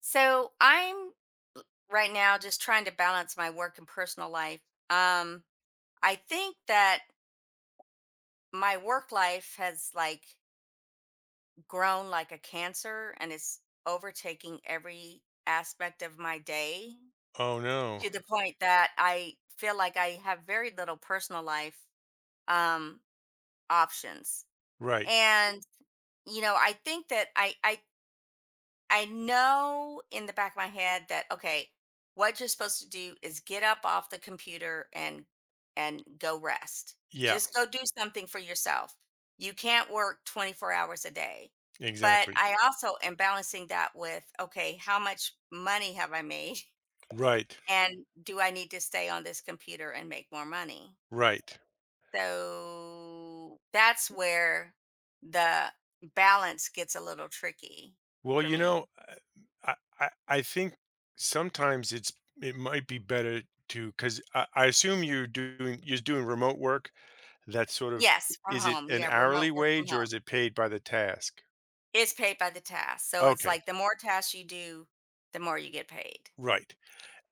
So I'm right now just trying to balance my work and personal life. Um, I think that my work life has like grown like a cancer and it's overtaking every aspect of my day Oh, no. to the point that I feel like I have very little personal life um options. Right. And you know, I think that I know in the back of my head that okay, what you're supposed to do is get up off the computer and go rest. Yeah, Just go do something for yourself. You can't work 24 hours a day. But exactly. I also am balancing that with okay, how much money have I made Right, and do I need to stay on this computer and make more money? right. So that's where the balance gets a little tricky Well, for you me. know, I I think sometimes it might be better to. 'Cause I assume you're doing remote work that's sort of— Yes, from is it home. an Yeah, remote hourly work from wage or home. is it paid by the task? It's paid by the task. So it's Okay, like the more tasks you do, the more you get paid. right.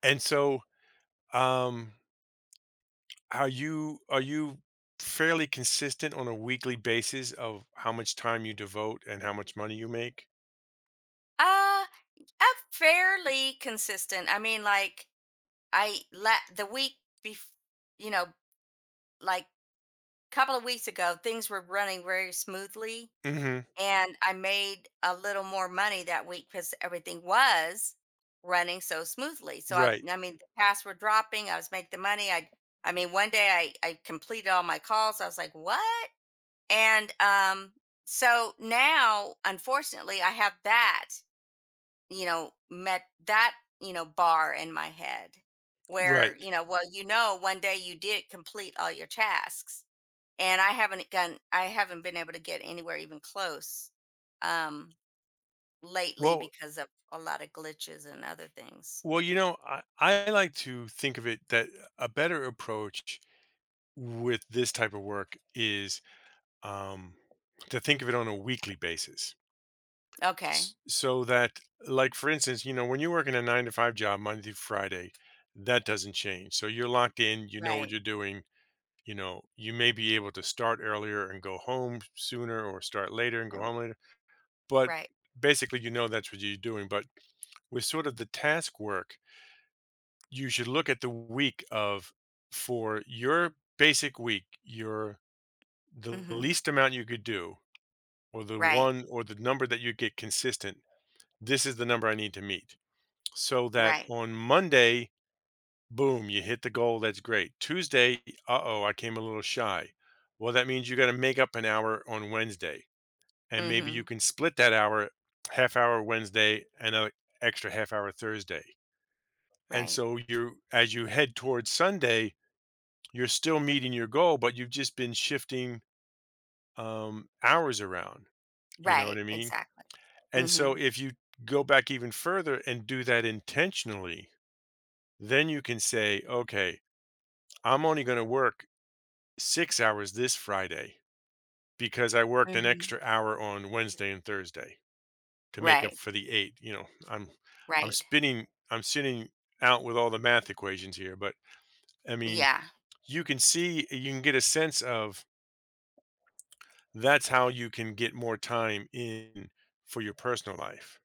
And so, um, are you fairly consistent on a weekly basis of how much time you devote and how much money you make? Uh, I'm fairly consistent. I mean, like I la the week bef- you know, like couple of weeks ago, things were running very smoothly Mhm. and I made a little more money that week because everything was running so smoothly. So I Right. I mean the tasks were dropping, I was making the money. I mean one day I completed all my calls. I was like, what? And so now, unfortunately, I have that, met that, bar in my head where, Right. Well, one day you did complete all your tasks. And I haven't gotten, I haven't been able to get anywhere even close um, lately Well because of a lot of glitches and other things. well, you know, I like to think of it that a better approach with this type of work is, um, to think of it on a weekly basis. Okay. S so that, like, for instance, you know, when you work in a 9 to 5 job Monday through Friday, that doesn't change. So you're locked in, you know what Right. you're doing. You know, you may be able to start earlier and go home sooner, or start later and go Oh, home later, but right. basically, you know that's what you're doing. But with sort of the task work, you should look at the week of— for your basic week, your— the Hmm. least amount you could do, or the Right. one or the number that you get consistent. This is the number I need to meet. So that Right. on Monday, boom, you hit the goal. That's great. Tuesday, uh oh, I came a little shy. Well, that means you got to make up an hour on Wednesday. And maybe you Hmm. can split that hour, half hour Wednesday and an extra half hour Thursday. And Right. so you— as you head towards Sunday, you're still meeting your goal, but you've just been shifting, hours around, you know what Right. I mean? Exactly. And Hmm. so if you go back even further and do that intentionally, then you can say, "Okay, I'm only gonna work 6 hours this Friday because I worked an Hmm. extra hour on Wednesday and Thursday to make up Right, for the 8." You know, I'm I'm right. spinning I'm sitting out with all the math equations here, but, I mean, Yeah, you can see— you can get a sense of— that's how you can get more time in for your personal life.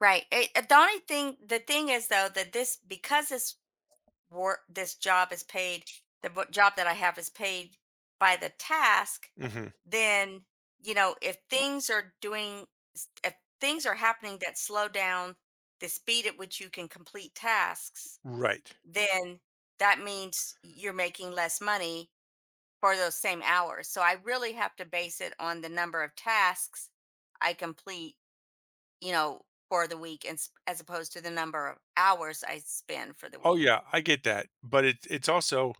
right. It, the only thing, the thing is though that this because this work, this job is paid. The job that I have is paid by the task. Mhm. Then if things are doing, s- if things are happening that slow down the speed at which you can complete tasks, Right. then that means you're making less money for those same hours. So I really have to base it on the number of tasks I complete you know, for the week, and s as opposed to the number of hours I spend for the Oh, week. yeah, I get that, but it's also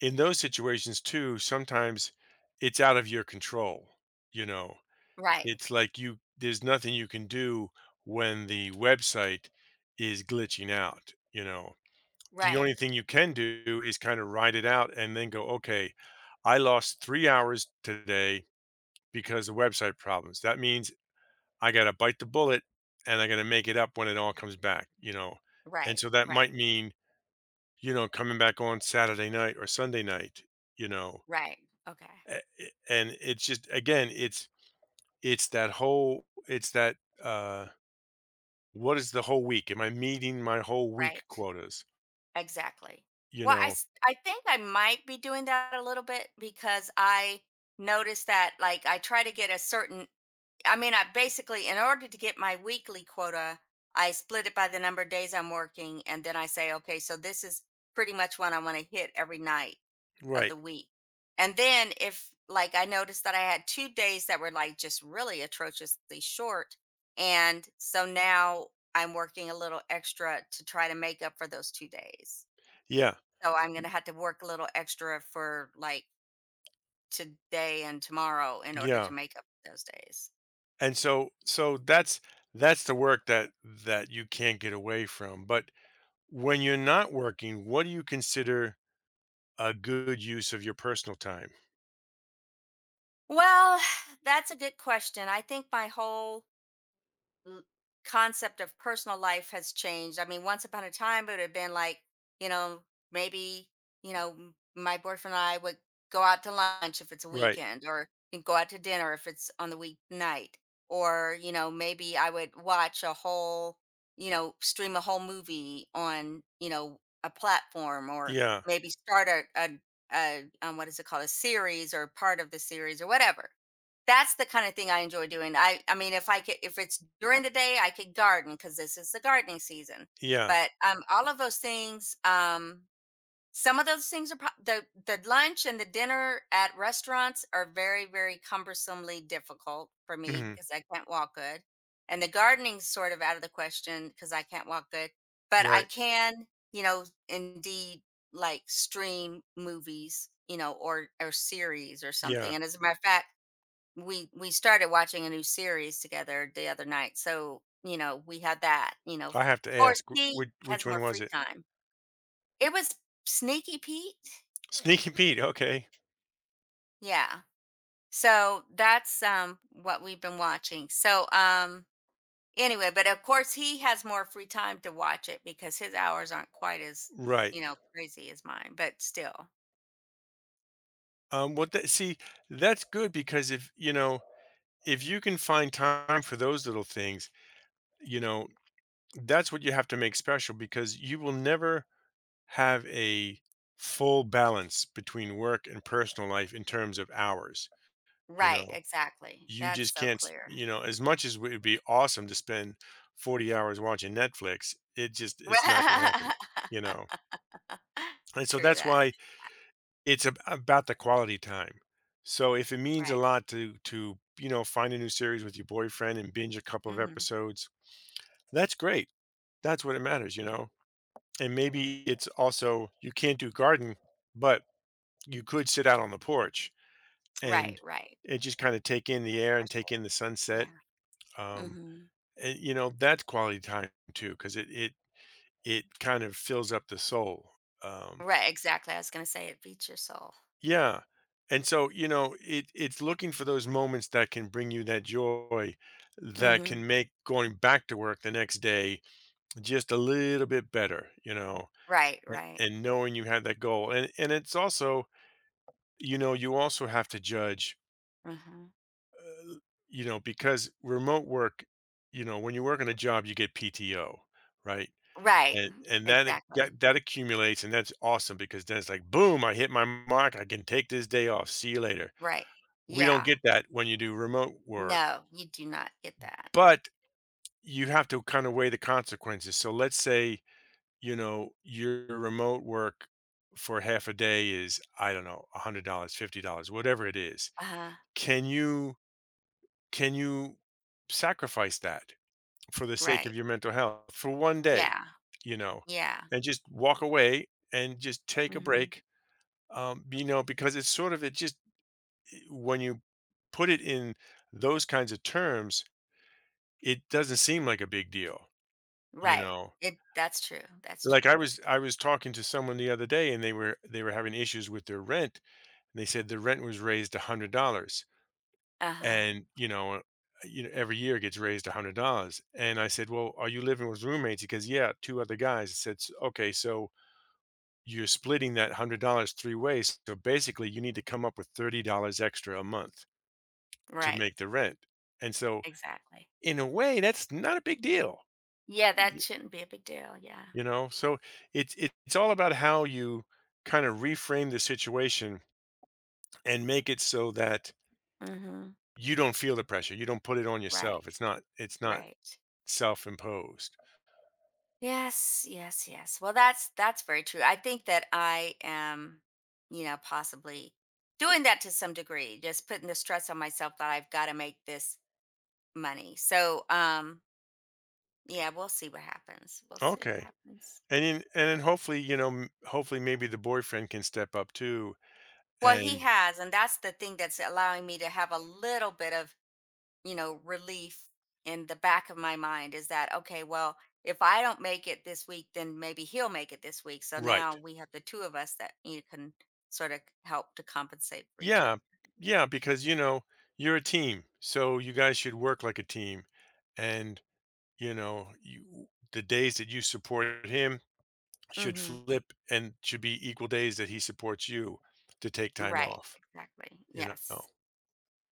in those situations too, sometimes it's out of your control, you know? Right, It's like you— there's nothing you can do when the website is glitching out, you know? The right, only thing you can do is kinda ride it out and then go, "Okay, I lost 3 hours today because of website problems. That means I gotta bite the bullet and I'm gonna make it up when it all comes back, you know? And right, so that right, might mean, you know, coming back on Saturday night or Sunday night, you know? right. Okay, And it's just, again, it's that whole, it's that, uh, what is the whole week? Am I meeting my whole right, week quotas? exactly. You Well, know? I think I might be doing that a little bit because I noticed that, like, I mean, I basically in order to get my weekly quota, I split it by the number of days I'm working, and then I say, "Okay, so this is pretty much what I wanna hit every night of Right. the week." And then if like I noticed that I had two days that were like just really atrociously short. And so now I'm working a little extra to try to make up for those two days. Yeah. So I'm going to have to work a little extra for like today and tomorrow in order to Yeah. make up those days. And so so that's the work that that you can't get away from. But when you're not working, what do you consider a good use of your personal time? Well, that's a good question. I think my whole l- concept of personal life has changed. I mean, once upon a time, it would have been like, you know, maybe, my boyfriend and I would go out to lunch if it's a Right. weekend or and go out to dinner if it's on the weeknight. Or, maybe I would stream a whole movie on, a platform or Yeah. maybe start a what is it called, a series or part of the series or whatever that's the kind of thing I enjoy doing. I mean, if I could, if it's during the day, I could garden because this is the gardening season. Yeah. But all of those things, some of those things are the lunch and the dinner at restaurants are very very cumbersomely difficult for me Mhm. because I can't walk good, and the gardening's sort of out of the question because I can't walk good. But I Right. can, indeed like stream movies, or series or something. Yeah. And as a matter of fact we started watching a new series together the other night. So, we had that. Of I have to course, ask, he which has more one was free it? time. It was Sneaky Pete. Sneaky Pete, okay. Yeah. So that's what we've been watching. So anyway, but of course he has more free time to watch it because his hours aren't quite as, Right. Crazy as mine, but still. Well, that— see, that's good because if, you know, if you can find time for those little things, you know, that's what you have to make special, because you will never have a full balance between work and personal life in terms of hours, you Right, know? exactly. You That's just so can't. clear. You know, as much as it would be awesome to spend 40 hours watching Netflix, it just— it's not going to happen, you know? And so True that's that. why about the quality time. So if it means a Right. lot to, you know, find a new series with your boyfriend and binge a couple of Hmm. episodes, that's great. That's what it matters, you know. And maybe it's also, you can't do garden, but you could sit out on the porch Right, and right. and just kind of take in the air and take in the sunset. Yeah. um Mhm. And, you know, that's quality time too, because it it kind of fills up the soul. Um, Right, exactly, I was gonna say it beats your soul. yeah. And so, you know, it— it's looking for those moments that can bring you that joy, that Mhm. can make going back to work the next day just a little bit better, you know, Right, right. and knowing you had that goal. And it's also, you know, you also have to judge, Mhm. you know, because remote work, you know, when you work in a job, you get PTO, right? Right. And then it— Exactly. that that accumulates, and that's awesome because then it's like, "Boom, I hit my mark. I can take this day off. See you later." Right. We don't Yeah. get that when you do remote work, No, you do not get that. but you have to kind of weigh the consequences. So let's say, you know, your remote work for half a day is, I don't know, $100, $50, whatever it is. Uh-huh. Can you can you sacrifice that for the sake of Right. your mental health for one day, Yeah. you know, Yeah. and just walk away and just take a Mhm. break, you know, because it's sort of— it just, eh, when you put it in those kinds of terms, it doesn't seem like a big deal, you Right. know. It That's true, that's Like true. I was talking to someone the other day, and they were having issues with their rent, and they said the rent was raised $100, Uh-huh. and, you know, you know, every year it gets raised $100. And I said, well, are you living with roommates? He goes, yeah, two other guys. I said, "S- okay, so you're splitting that 100 dollars three ways, so basically you need to come up with $30 extra a month to Right. make the rent." And so, Exactly. in a way, that's not a big deal, Yeah, that y shouldn't be a big deal, yeah. you know? So, it's all about how you kinda reframe the situation and make it so that Mhm. you don't feel the pressure, you don't put it on Right, yourself, it's not— it's not right. self-imposed. Yes, yes, yes. Well, that's very true. I think that I am, possibly doing that to some degree, just putting the stress on myself that I've got to make this money. So, yeah, we'll see what happens. We'll see what Okay, happens. And then hopefully, you know, m hopefully maybe the boyfriend can step up too, Well, he and— has, and that's the thing that's allowing me to have a little bit of relief in the back of my mind is that, okay, well, if I don't make it this week, then maybe he'll make it this week. So now Right. we have the two of us that you can sort of help to compensate for each Yeah, yeah, because, you know, you're a team, so you guys should work like a team, and— you know, you— the days that you support him other. should Hmm. flip and should be equal days that he supports you to take time Right. off, Exactly. you know? Yes.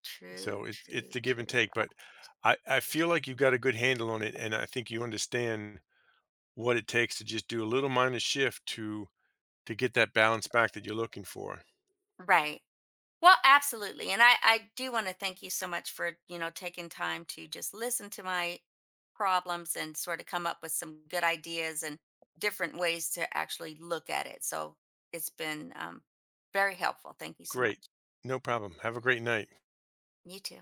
True, So it's true, the give and true. take, but I feel like you've got a good handle on it, and I think you understand what it takes to just do a little minor shift to get that balance back that you're looking for. Right. Well, absolutely. And I do want to thank you so much for, taking time to just listen to my problems and sort of come up with some good ideas and different ways to actually look at it. So it's been very helpful. Thank you so much. Great. No problem. Have a great night. You too.